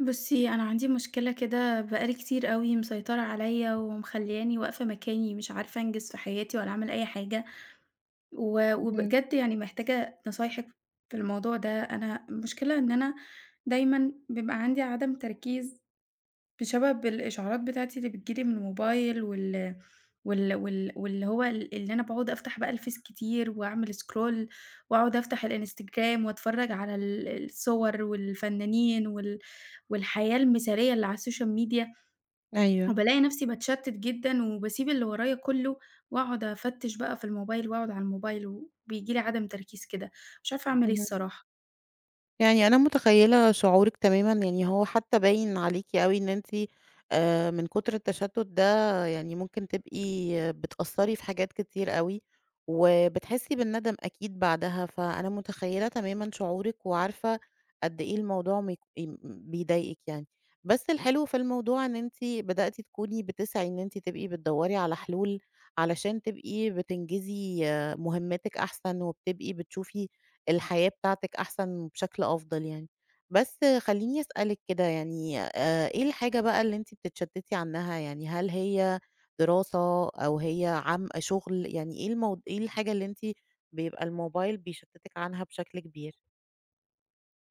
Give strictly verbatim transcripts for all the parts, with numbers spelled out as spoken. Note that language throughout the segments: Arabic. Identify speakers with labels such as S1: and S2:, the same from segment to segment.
S1: بُصّي، أنا عندي مشكلة كده بقى لي كتير أوي مسيطرة عليّا ومخلّياني واقفة مكاني، مش عارفة أنجز في حياتي ولا أعمل أي حاجة، و
S2: اهم.
S1: وبجد يعني محتاجة نصايحِك في الموضوع ده. أنا المشكلة إن أنا دايمًا بيبقى عندي عدم تركيز بسبب الإشعارات بتاعتي اللي بتيجي لي من الموبايل، وال وال وال واللي هو ال اللي أنا باقعد أفتح بقى الفيس كتير وأعمل scroll، وأقعد أفتح الإنستجرام وأتفرّج على ال الصور والفنانين وال والحياة المثالية اللي على السوشيال ميديا،
S2: أيوه.
S1: وبالاقي نفسي باتشتت جدًا وباسيب اللي ورايا كله وأقعد أفتش بقى في الموبايل وأقعد على الموبايل، وبييجي لي عدم تركيز كده، مش عارفة أعمل إيه
S2: اهم.
S1: الصراحة.
S2: يعني أنا متخيّلة شعورِك تمامًا، يعني هو حتى باين عليكِ أوي إن أنتِ آآ، من كتر التشتت ده يعني ممكن تبقي بتأثّري في حاجات كتير أوي، وبتحسّي بالندم أكيد بعدها، فأنا متخيّلة تمامًا شعورِك وعارفة قد إيه الموضوع ميك م بيضايقِك يعني. بس الحلو في الموضوع إن أنتِ بدأتِ تكوني بتسعي إن أنتِ تبقي بتدوّري على حلول علشان تبقي بتنجزي مهمّاتِك أحسن، وبتبقي بتشوفي الحياة بتاعتك أحسن بشكل أفضل يعني. بس خلّيني أسألِك كده يعني آآ إيه الحاجة بقى اللي أنتِ بتتشتّتي عنها؟ يعني هل هي دراسة أو هي عم شغل؟ يعني إيه المو إيه الحاجة اللي أنتِ بيبقى الموبايل بيشتّتِك عنها بشكل كبير؟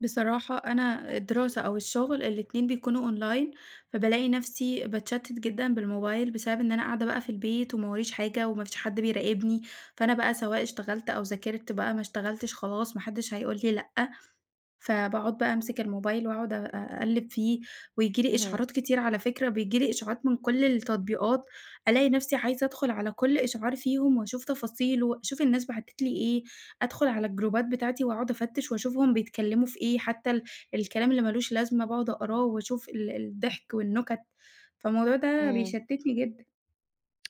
S1: بصراحة أنا الدراسة أو الشغل الاتنين بيكونوا أونلاين، فبالاقي نفسي باتشتت جدًا بالموبايل بسبب إن أنا قاعدة بقى في البيت وما وراييش حاجة وما فيش حد بيراقبني، فأنا بقى سواء اشتغلت أو ذاكرت بقى، ما اشتغلتش خلاص، ما حدش هيقول لي لأ، فباقعد بقى أمسك الموبايل وأقعد أ أقلِّب فيه. وييجي لي
S2: اهم.
S1: إشعارات كتير على فكرة، بييجي لي إشعارات من كل التطبيقات، ألاقي نَفْسي عايزة أدخُل على كل إشعار فيهم وأشوف تفاصيله، أشوف الناس بَعتت لي إيه، أدخُل على الجروبات بتاعتي وأقعد أفتِّش وأشوف هُم بيتكلّموا في إيه، حتى ال الكلام اللي ما لوش لازمة باقعد أقراه وأشوف ال الضحك والنُكَت، فالموضوع ده
S2: إمم.
S1: بيشتِّتني جدًا.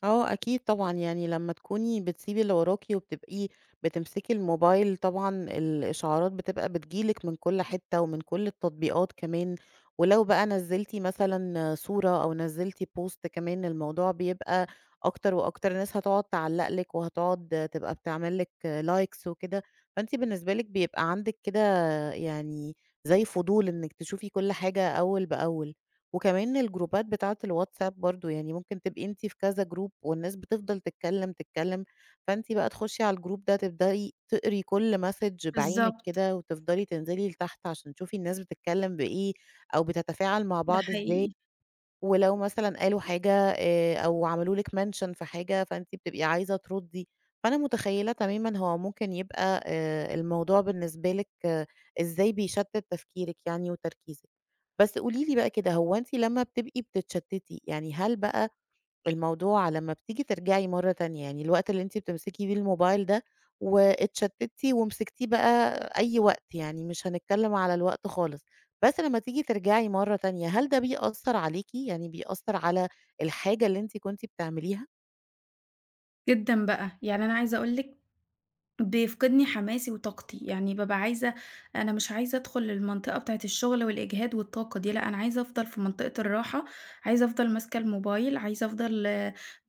S2: آه، أكيد طبعًا، يعني لمّا تكوني بتسيبي اللي وراكِ وبتبقي بتمسكي الموبايل طبعًا الإشعارات بتبقى بتيجي لِك من كل حتة ومن كل التطبيقات كمان، ولو بقى نزّلتِ مثلًا صورة أو نزّلتِ post كمان الموضوع بيبقى أكتر وأكتر، الناس هتقعد تعلّق لِك وهتقعد تبقى بتعمل لِك likes وكده، فأنتِ بالنسبة لِك بيبقى عندِك كده يعني زي فضول إنِّك تشوفي كل حاجة أول بأول. وكمان الجروبات بتاعة الواتساب برضه، يعني ممكن تبقي أنتِ في كذا جروب والناس بتفضل تتكلم، تتكلم، فأنتِ بقى تخشي على الجروب ده تبدئي تقري كل مسج بعينِك
S1: بالضبط،
S2: كده وتفضلي تنزلي لتحت عشان تشوفي الناس بتتكلم بإيه أو بتتفاعل مع
S1: ده
S2: بعض إزاي،
S1: حقيقي.
S2: ولو مثلًا قالوا حاجة آآ أو عملوا لِك mention في حاجة فأنتِ بتبقي عايزة تردي، فأنا متخيلة تمامًا هو ممكن يبقى آآ الموضوع بالنسبة لِك آه، إزاي بيشتت تفكيرِك يعني وتركيزِك. بس قولي لي بقى كده، هو أنتِ لمّا بتبقي بتتشتّتي، يعني هل بقى الموضوع لمّا بتيجي ترجعي مرّة تانية، يعني الوقت اللي أنتِ بتمسكي فيه الموبايل ده واتشتّتي ومسكتيه بقى أي وقت، يعني مش هنتكلّم على الوقت خالص، بس لمّا تيجي ترجعي مرّة تانية، هل ده بيأثّر عليكِ، يعني بيأثّر على الحاجة اللي أنتِ كنتِ بتعمليها؟
S1: جدًا بقى، يعني أنا عايزة أقول لِك، بيفقدني حماسي وطاقتي، يعني بابقى عايزة أنا مش عايزة أدخل المنطقة بتاعة الشغل والإجهاد والطاقة دي، لأ أنا عايزة أفضل في منطقة الراحة، عايزة أفضل ماسكة الموبايل، عايزة أفضل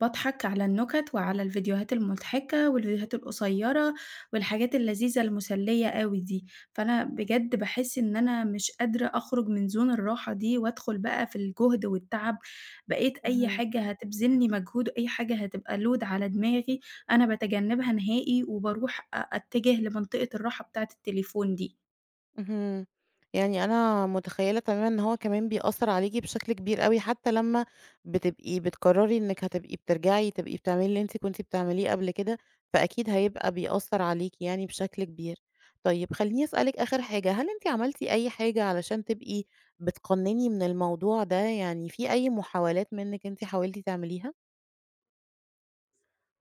S1: باضحك على النكت وعلى الفيديوهات المضحكة والفيديوهات القصيرة والحاجات اللذيذة المسلية أوي دي. فأنا بجد باحس إن أنا مش قادرة أخرج من زون الراحة دي وأدخل بقى في الجهد والتعب، بقيت أي
S2: اهم.
S1: حاجة هتبذل لي مجهود، أي حاجة هتبقى load على دماغي أنا باتجنّبها نهائي وباروح أ أتجه لمنطقة الراحة بتاعة التليفون دي.
S2: اهم. يعني أنا متخيّلة تمامًا إن هو كمان بيأثّر عليكِ بشكل كبير أوي، حتى لمّا بتبقي بتقرّري إنِّك هتبقي بترجعي تبقي بتعملي اللي أنتِ كنتِ بتعمليه قبل كده، فأكيد هيبقى بيأثّر عليكِ يعني بشكل كبير. طيب خلّيني أسألِك آخر حاجة، هل أنتِ عملتِ أي حاجة علشان تبقي بتقنّني من الموضوع ده، يعني في أي محاولات منِّك أنتِ حاولتِ تعمليها؟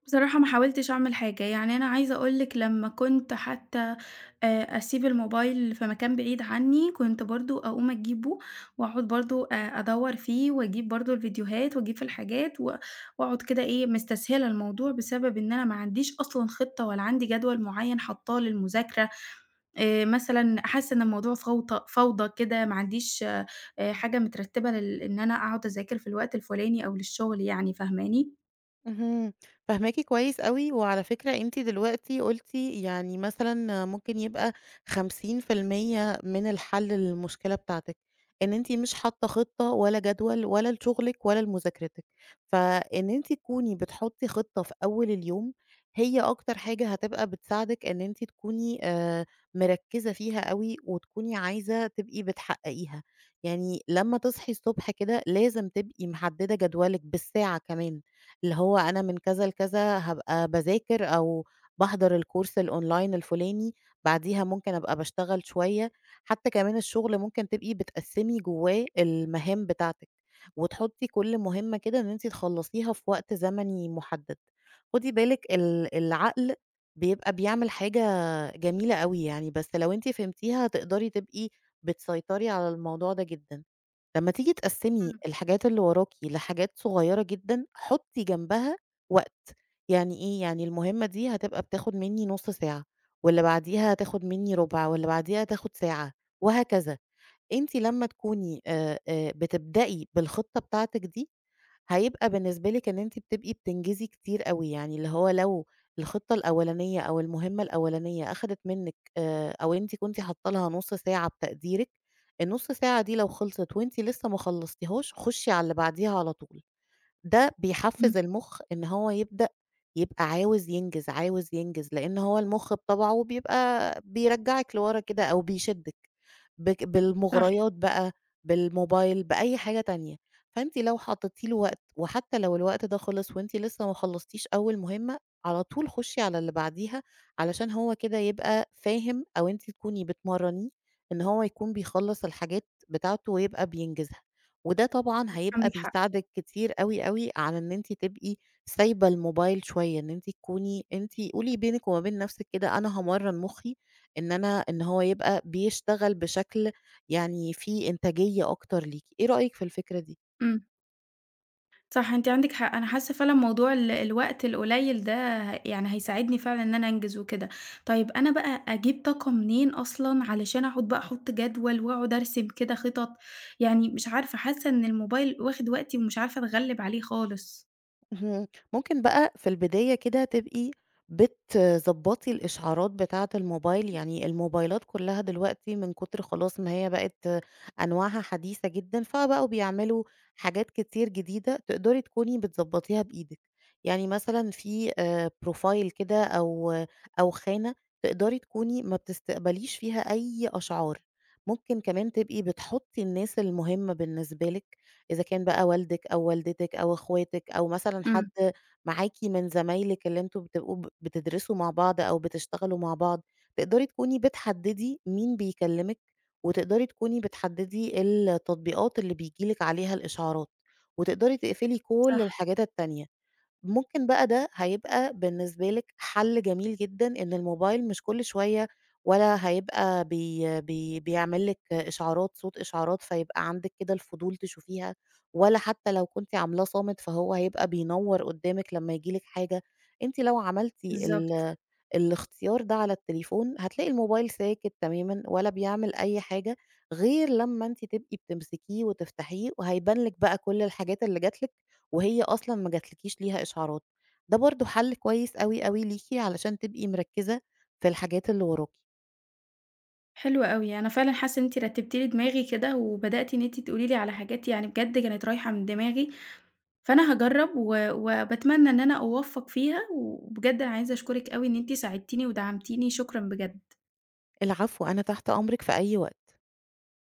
S1: بصراحة ما حاولتش أعمل حاجة، يعني أنا عايزة أقول لِك، لمّا كنت حتى آآ أسيب الموبايل في مكان بعيد عني، كنت برضه أقوم أجيبه وأقعد برضه أ أدوّر فيه وأجيب برضه الفيديوهات وأجيب في الحاجات، و وأقعد كده إيه، مستسهلة الموضوع بسبب إن أنا ما عنديش أصلًا خطة ولا عندي جدول معيّن حاطاه للمذاكرة. آآ مثلًا حاسة إن الموضوع فوضى فوضى كده، ما عنديش آآ حاجة مترتبة لل إن أنا أقعد أذاكر في الوقت الفلاني أو للشغل يعني، فاهماني؟
S2: اهم. فاهماكِ كويس أوي، وعلى فكرة أنتِ دلوقتي قُلتِ يعني مثلًا ممكن يبقى خمسين في المية من الحل للمشكلة بتاعتِك، إن أنتِ مش حاطة خطة ولا جدول ولا لشغلِك ولا لمذاكرتِك، فإن أنتِ تكوني بتحطي خطة في أول اليوم هي أكتر حاجة هتبقى بتساعدِك إن أنتِ تكوني آآ، مركزة فيها أوي، وتكوني عايزة تبقي بتحققيها، يعني لمّا تصحي الصبح كده لازم تبقي محددة جدولِك بالساعة كمان، اللي هو أنا من كذا لكذا هابقى باذاكر أو باحضر الكورس الأونلاين الفُلاني، بعديها ممكن أبقى باشتغل شوية، حتى كمان الشغل ممكن تبقي بتقسّمي جواه المهام بتاعتِك، وتحطّي كل مهمة كده إن أنتِ تخلّصيها في وقت زمني مُحدد. خُدي بالِك ال العقل بيبقى بيعمل حاجة جميلة أوي يعني، بس لو أنتِ فهمتيها هتقدري تبقي بتسيطري على الموضوع ده جدًا. لمّا تيجي تقسّمي
S1: إمم.
S2: الحاجات اللي وراكِ لحاجات صغيّرة جدًا، حُطّي جنبها وقت، يعني إيه، يعني المهمة دي هتبقى بتاخد منّي نُص ساعة، واللي بعديها هتاخد منّي رُبع، واللي بعديها هتاخد ساعة، وهكذا. أنتِ لمّا تكوني آآ آآ بتبدئي بالخطة بتاعتِك دي، هيبقى بالنسبة لِك إن أنتِ بتبقي بتنجزي كتير أوي، يعني اللي هو لو الخطة الأولانية أو المهمة الأولانية أخدت منِّك آآ، أو أنتِ كنتِ حاطة لها نُص ساعة بتقديرِك، النُص ساعة دي لو خلصت وأنتِ لسه ما خلصتيهاش، خُشي على اللي بعديها على طول. ده
S1: إمم،
S2: بيحفّز المُخ إن هو يبدأ يبقى عاوز ينجز، عاوز ينجز، لإن هو المُخ بطبعه بيبقى بيرجّعِك لورا كده أو بيشدِّك بك
S1: صح،
S2: بالمغريات بقى، بالموبايل، بأي حاجة تانية، فأنتِ لو حطّيتِ له وقت وحتى لو الوقت ده خلص وأنتِ لسه ما خلّصتيش أول مهمة، على طول خُشّي على اللي بعديها علشان هو كده يبقى فاهم أو أنتِ تكوني بتمرّنيه إن هو يكون بيخلّص الحاجات بتاعته ويبقى بينجزها. وده طبعًا هيبقى
S1: عندِك حق.
S2: بيساعدِك كتير أوي، أوي على إن أنتِ تبقي سايبة الموبايل شوية، إن أنتِ تكوني أنتِ قولي بينِك وما بين نفسِك كده أنا هامرّن مخي إن أنا إن هو يبقى بيشتغل بشكل يعني فيه إنتاجية أكتر ليكِ، إيه رأيِك في الفكرة دي؟
S1: إمم، صح، أنتِ عندِك حق، أنا حاسة فعلًا موضوع ال الوقت القليل ده، ه- يعني هيساعدني فعلًا إن أنا أنجز وكده. طيب أنا بقى أجيب طاقة منين أصلًا علشان أقعد بقى أحط جدول وأقعد أرسم كده خطط؟ يعني مش عارفة، حاسة إن الموبايل واخد وقتي ومش عارفة أتغلب عليه خالص.
S2: اهم. ممكن بقى في البداية كده تبقي بتضبّطي الإشعارات بتاعة الموبايل، يعني الموبايلات كلّها دلوقتي من كتر خلاص ما هي بقت أنواعها حديثة جدًا، فبقوا بيعملوا حاجات كتير جديدة تقدري تكوني بتضبّطيها بإيدِك. يعني مثلًا في آآ profile كده أو أو خانة تقدري تكوني ما بتستقبليش فيها أي أشعار. ممكن كمان تبقي بتحُطّي الناس المهمة بالنسبة لِك إذا كان بقى والدِك أو والدتِك أو أخواتِك أو مثلًا
S1: إمم،
S2: حد معاكِ من زمايلِك اللي أنتم بتبقوا ب بتدرسوا مع بعض أو بتشتغلوا مع بعض، تقدري تكوني بتحدّدي مين بيكلّمِك، وتقدري تكوني بتحدّدي التطبيقات اللي بييجي لِك عليها الإشعارات، وتقدري تقفلي كل
S1: صح،
S2: الحاجات التانية. ممكن بقى ده هيبقى بالنسبة لِك حل جميل جدًا، إن الموبايل مش كل شوية ولا هيبقى بي بي بيعمل لِك إشعارات، صوت إشعارات، فيبقى عندِك كده الفضول تشوفيها، ولا حتى لو كنتِ عاملاه صامت فهو هيبقى بينوّر قدامِك لمّا ييجي لِك حاجة. أنتِ لو عملتِ
S1: بالضبط.
S2: ال الاختيار ده على التليفون، هتلاقي الموبايل ساكت تمامًا ولا بيعمل أي حاجة، غير لمّا أنتِ تبقي بتمسكيه وتفتحيه، وهيبان لِك بقى كل الحاجات اللي جات لِك. وهي أصلًا ما جاتلكيش ليها إشعارات. ده برضه حل كويس أوي، أوي ليكِ علشان تبقي مركّزة في الحاجات اللي وراكِ.
S1: حلو أوي، أنا فعلًا حاسة إن أنتِ رتّبتِ لي دماغي كده، وبدأتِ إن أنتِ تقولي لي على حاجات يعني بجد كانت رايحة من دماغي، فأنا هاجرّب و وباتمنى إن أنا أوفّق فيها، وبجد أنا عايزة أشكرِك أوي إن أنتِ ساعدتيني ودعمتيني، شكرًا بجد.
S2: العفو، أنا تحت أمرِك في أي وقت.